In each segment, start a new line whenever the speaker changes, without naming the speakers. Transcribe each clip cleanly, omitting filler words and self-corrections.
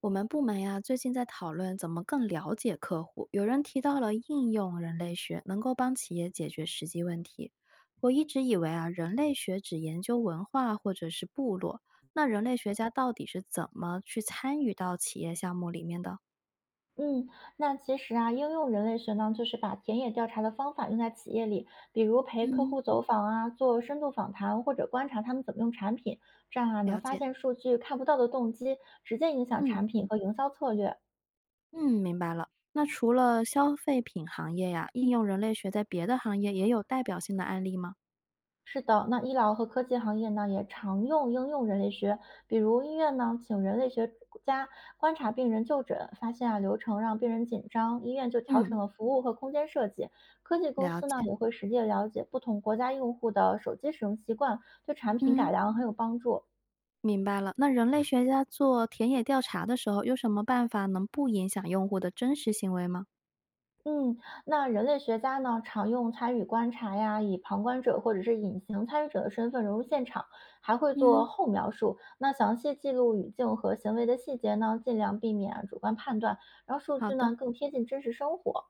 我们部门呀，最近在讨论怎么更了解客户。有人提到了应用人类学能够帮企业解决实际问题。我一直以为啊，人类学只研究文化或者是部落。那人类学家到底是怎么去参与到企业项目里面的？
嗯，那其实啊，应用人类学呢，就是把田野调查的方法用在企业里，比如陪客
嗯，
户走访啊，做深度访谈，或者观察他们怎么用产品，这样啊，能
了
发
解，
现数据看不到的动机，直接影响
嗯
产品和营销策略。
嗯，明白了。那除了消费品行业呀，应用人类学在别的行业也有代表性的案例吗？
是的，那医疗和科技行业呢，也常用应用人类学，比如医院呢，请人类学家观察病人就诊，发现啊流程让病人紧张，医院就调
嗯，
整了服务和空间设计。科技公
了
司呢，
解，
也会实地了解不同国家用户的手机使用习惯，对产品改
嗯。
良很有帮助。
明白了，那人类学家做田野调查的时候，有什么办法能不影响用户的真实行为吗？
嗯，那人类学家呢，常用参与观察呀，以旁观者或者是隐形参与者的身份融入现场，还会做
嗯，
后描述。那详细记录语境和行为的细节呢，尽量避免主观判断，让数
好
据
的，
呢更贴近真实生活。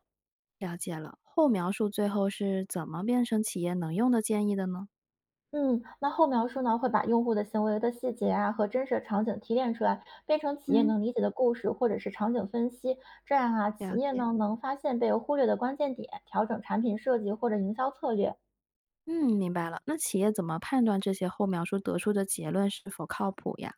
了解了。后描述最后是怎么变成企业能用的建议的呢？
嗯，那后描述呢，会把用户的行为的细节啊和真实的场景提炼出来，变成企业
嗯
能理解的故事或者是场景分析。这样啊，企
了
业
解，
呢能发现被忽略的关键点，调整产品设计或者营销策略。
嗯，明白了。那企业怎么判断这些后描述得出的结论是否靠谱呀？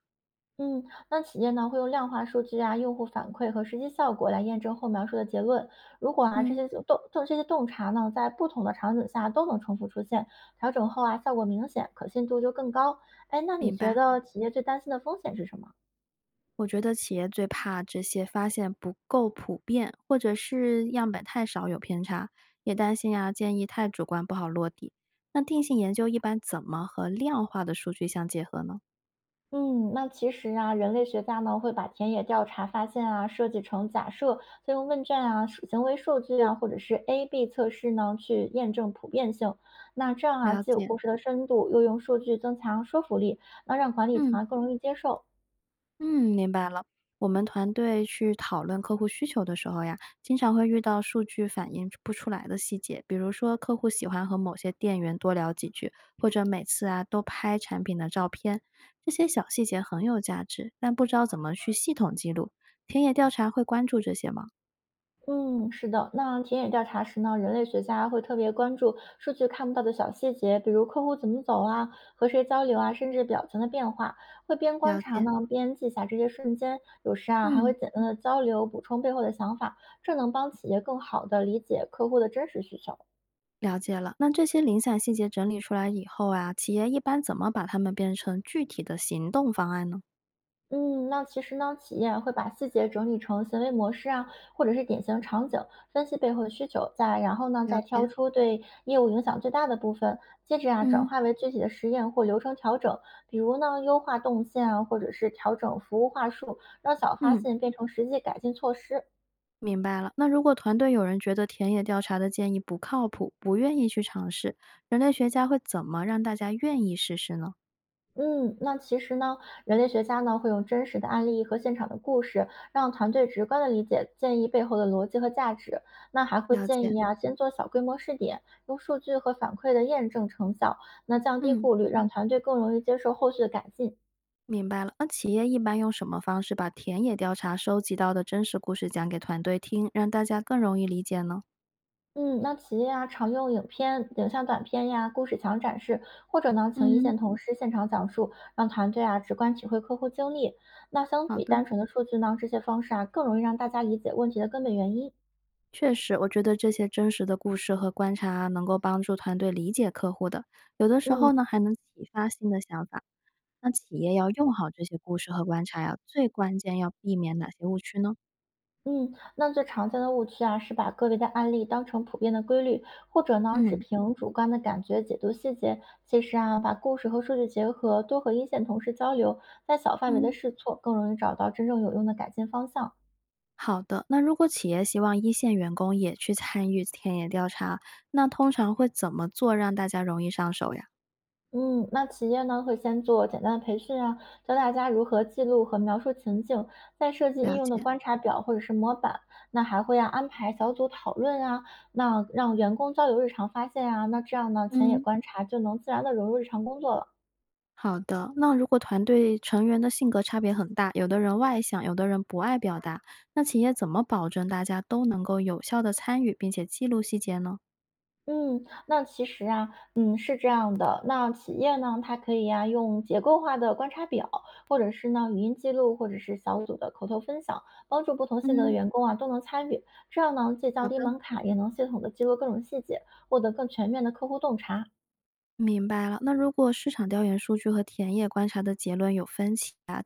嗯，那企业呢会用量化数据啊、用户反馈和实际效果来验证后描述的结论。如果啊这
嗯，
些洞这些洞察呢，在不同的场景下都能重复出现，调整后啊效果明显，可信度就更高。哎，那你
明
觉
白。
得企业最担心的风险是什么？
我觉得企业最怕这些发现不够普遍，或者是样本太少有偏差，也担心啊建议太主观不好落地。那定性研究一般怎么和量化的数据相结合呢？
嗯，那其实啊，人类学家呢会把田野调查发现啊设计成假设，再用问卷啊、数行为数据啊，或者是 A/B 测试呢去验证普遍性。那这样啊，
了
既有
解，
故事的深度，又用数据增强说服力，那让管理层
嗯。
啊更容易接受。
嗯，明白了。我们团队去讨论客户需求的时候呀，经常会遇到数据反映不出来的细节，比如说客户喜欢和某些店员多聊几句，或者每次啊都拍产品的照片，这些小细节很有价值，但不知道怎么去系统记录。田野调查会关注这些吗？
嗯，是的。那田野调查时呢，人类学家会特别关注数据看不到的小细节，比如客户怎么走啊，和谁交流啊，甚至表情的变化。会边观
了
察
解，
呢，边记下这些瞬间。有时啊，还会
嗯，
简单的交流，补充背后的想法，这能帮企业更好的理解客户的真实需求。
了解了。那这些零散细节整理出来以后啊，企业一般怎么把它们变成具体的行动方案呢？
嗯，那其实呢，企业会把细节整理成行为模式啊，或者是典型场景，分析背后的需求，再然后呢，
了
再挑
解，
出对业务影响最大的部分，接着啊，转
嗯
化为具体的实验或流程调整，比如呢，优化动线啊，或者是调整服务话术，让小发
嗯。
现变成实际改进措施。
明白了。那如果团队有人觉得田野调查的建议不靠谱，不愿意去尝试，人类学家会怎么让大家愿意试试呢？
嗯，那其实呢，人类学家呢会用真实的案例和现场的故事，让团队直观的理解建议背后的逻辑和价值。那还会
了
建
解，
议啊，先做小规模试点，用数据和反馈的验证成效，那降低
嗯，
顾虑，让团队更容易接受后续的改进。
明白了。那企业一般用什么方式把田野调查收集到的真实故事讲给团队听，让大家更容易理解呢？
嗯，那企业啊，常用影片、影像短片呀、故事墙展示，或者呢，请一
嗯，
线同事现场讲述，让团队啊直观体会客户经历。那相
好
比
的，
单纯的数据呢，这些方式啊更容易让大家理解问题的根本原因。
确实，我觉得这些真实的故事和观察啊能够帮助团队理解客户的，有的时
嗯，
候呢还能启发新的想法。那企业要用好这些故事和观察呀，最关键要避免哪些误区呢？
嗯，那最常见的误区啊，是把个别的案例当成普遍的规律，或者呢只
嗯
凭主观的感觉解读细节。其实啊，把故事和数据结合，多和一线同事交流，在小范围的
嗯，
试错，更容易找到真正有用的改进方向。
好的。那如果企业希望一线员工也去参与田野调查，那通常会怎么做让大家容易上手呀？
嗯，那企业呢会先做简单的培训啊，教大家如何记录和描述情境，再设计应
了
用的
解，
观察表或者是模板。那还会啊安排小组讨论啊，那让员工交流日常发现啊，那这样呢前野
嗯，
观察就能自然的融入日常工作了。
好的。那如果团队成员的性格差别很大，有的人外向，有的人不爱表达，那企业怎么保证大家都能够有效的参与，并且记录细节呢？
嗯，那其实啊，嗯，是这样的。那企业呢，它可以呀、用结构化的观察表，或者是呢语音记录，或者是小组的口头分享，帮助不同性格的
嗯，
员工啊都能参与。这样呢，既
好
降低
的。
门槛，也能系统的记录各种细节，获得更全面的客户洞察。
明白了，那如果市场调研数据和田野观察的结论有分歧啊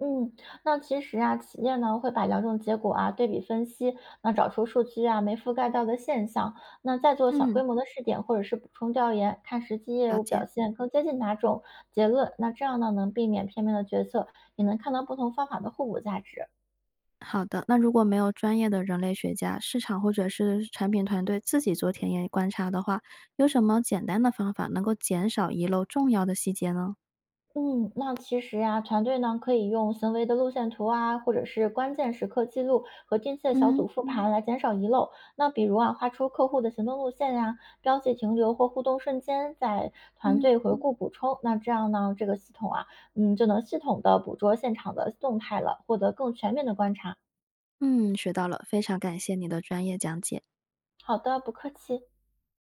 嗯，那其实啊，企业呢会把两种结果啊对比分析，那找出数据啊没覆盖到的现象，那再做小
嗯，
规模的试点或者是补充调研，看实际业
了
务
解。
表现更接近哪种结论。那这样呢能避免片面的决策，也能看到不同方法的互补价值。
好的，那如果没有专业的人类学家、市场或者是产品团队自己做田野观察的话，有什么简单的方法能够减少遗漏重要的细节呢？
嗯，那其实呀，团队呢可以用行为的路线图啊，或者是关键时刻记录和定期的小组
嗯
复盘来减少遗漏。那比如啊，画出客户的行动路线呀、标记停留或互动瞬间，在团
嗯。嗯
队回顾补充。那这样呢，这个系统啊，嗯，就能系统的捕捉现场的动态了，获得更全面的观察。
嗯，学到了，非常感谢你的专业讲解。
好的，不客气。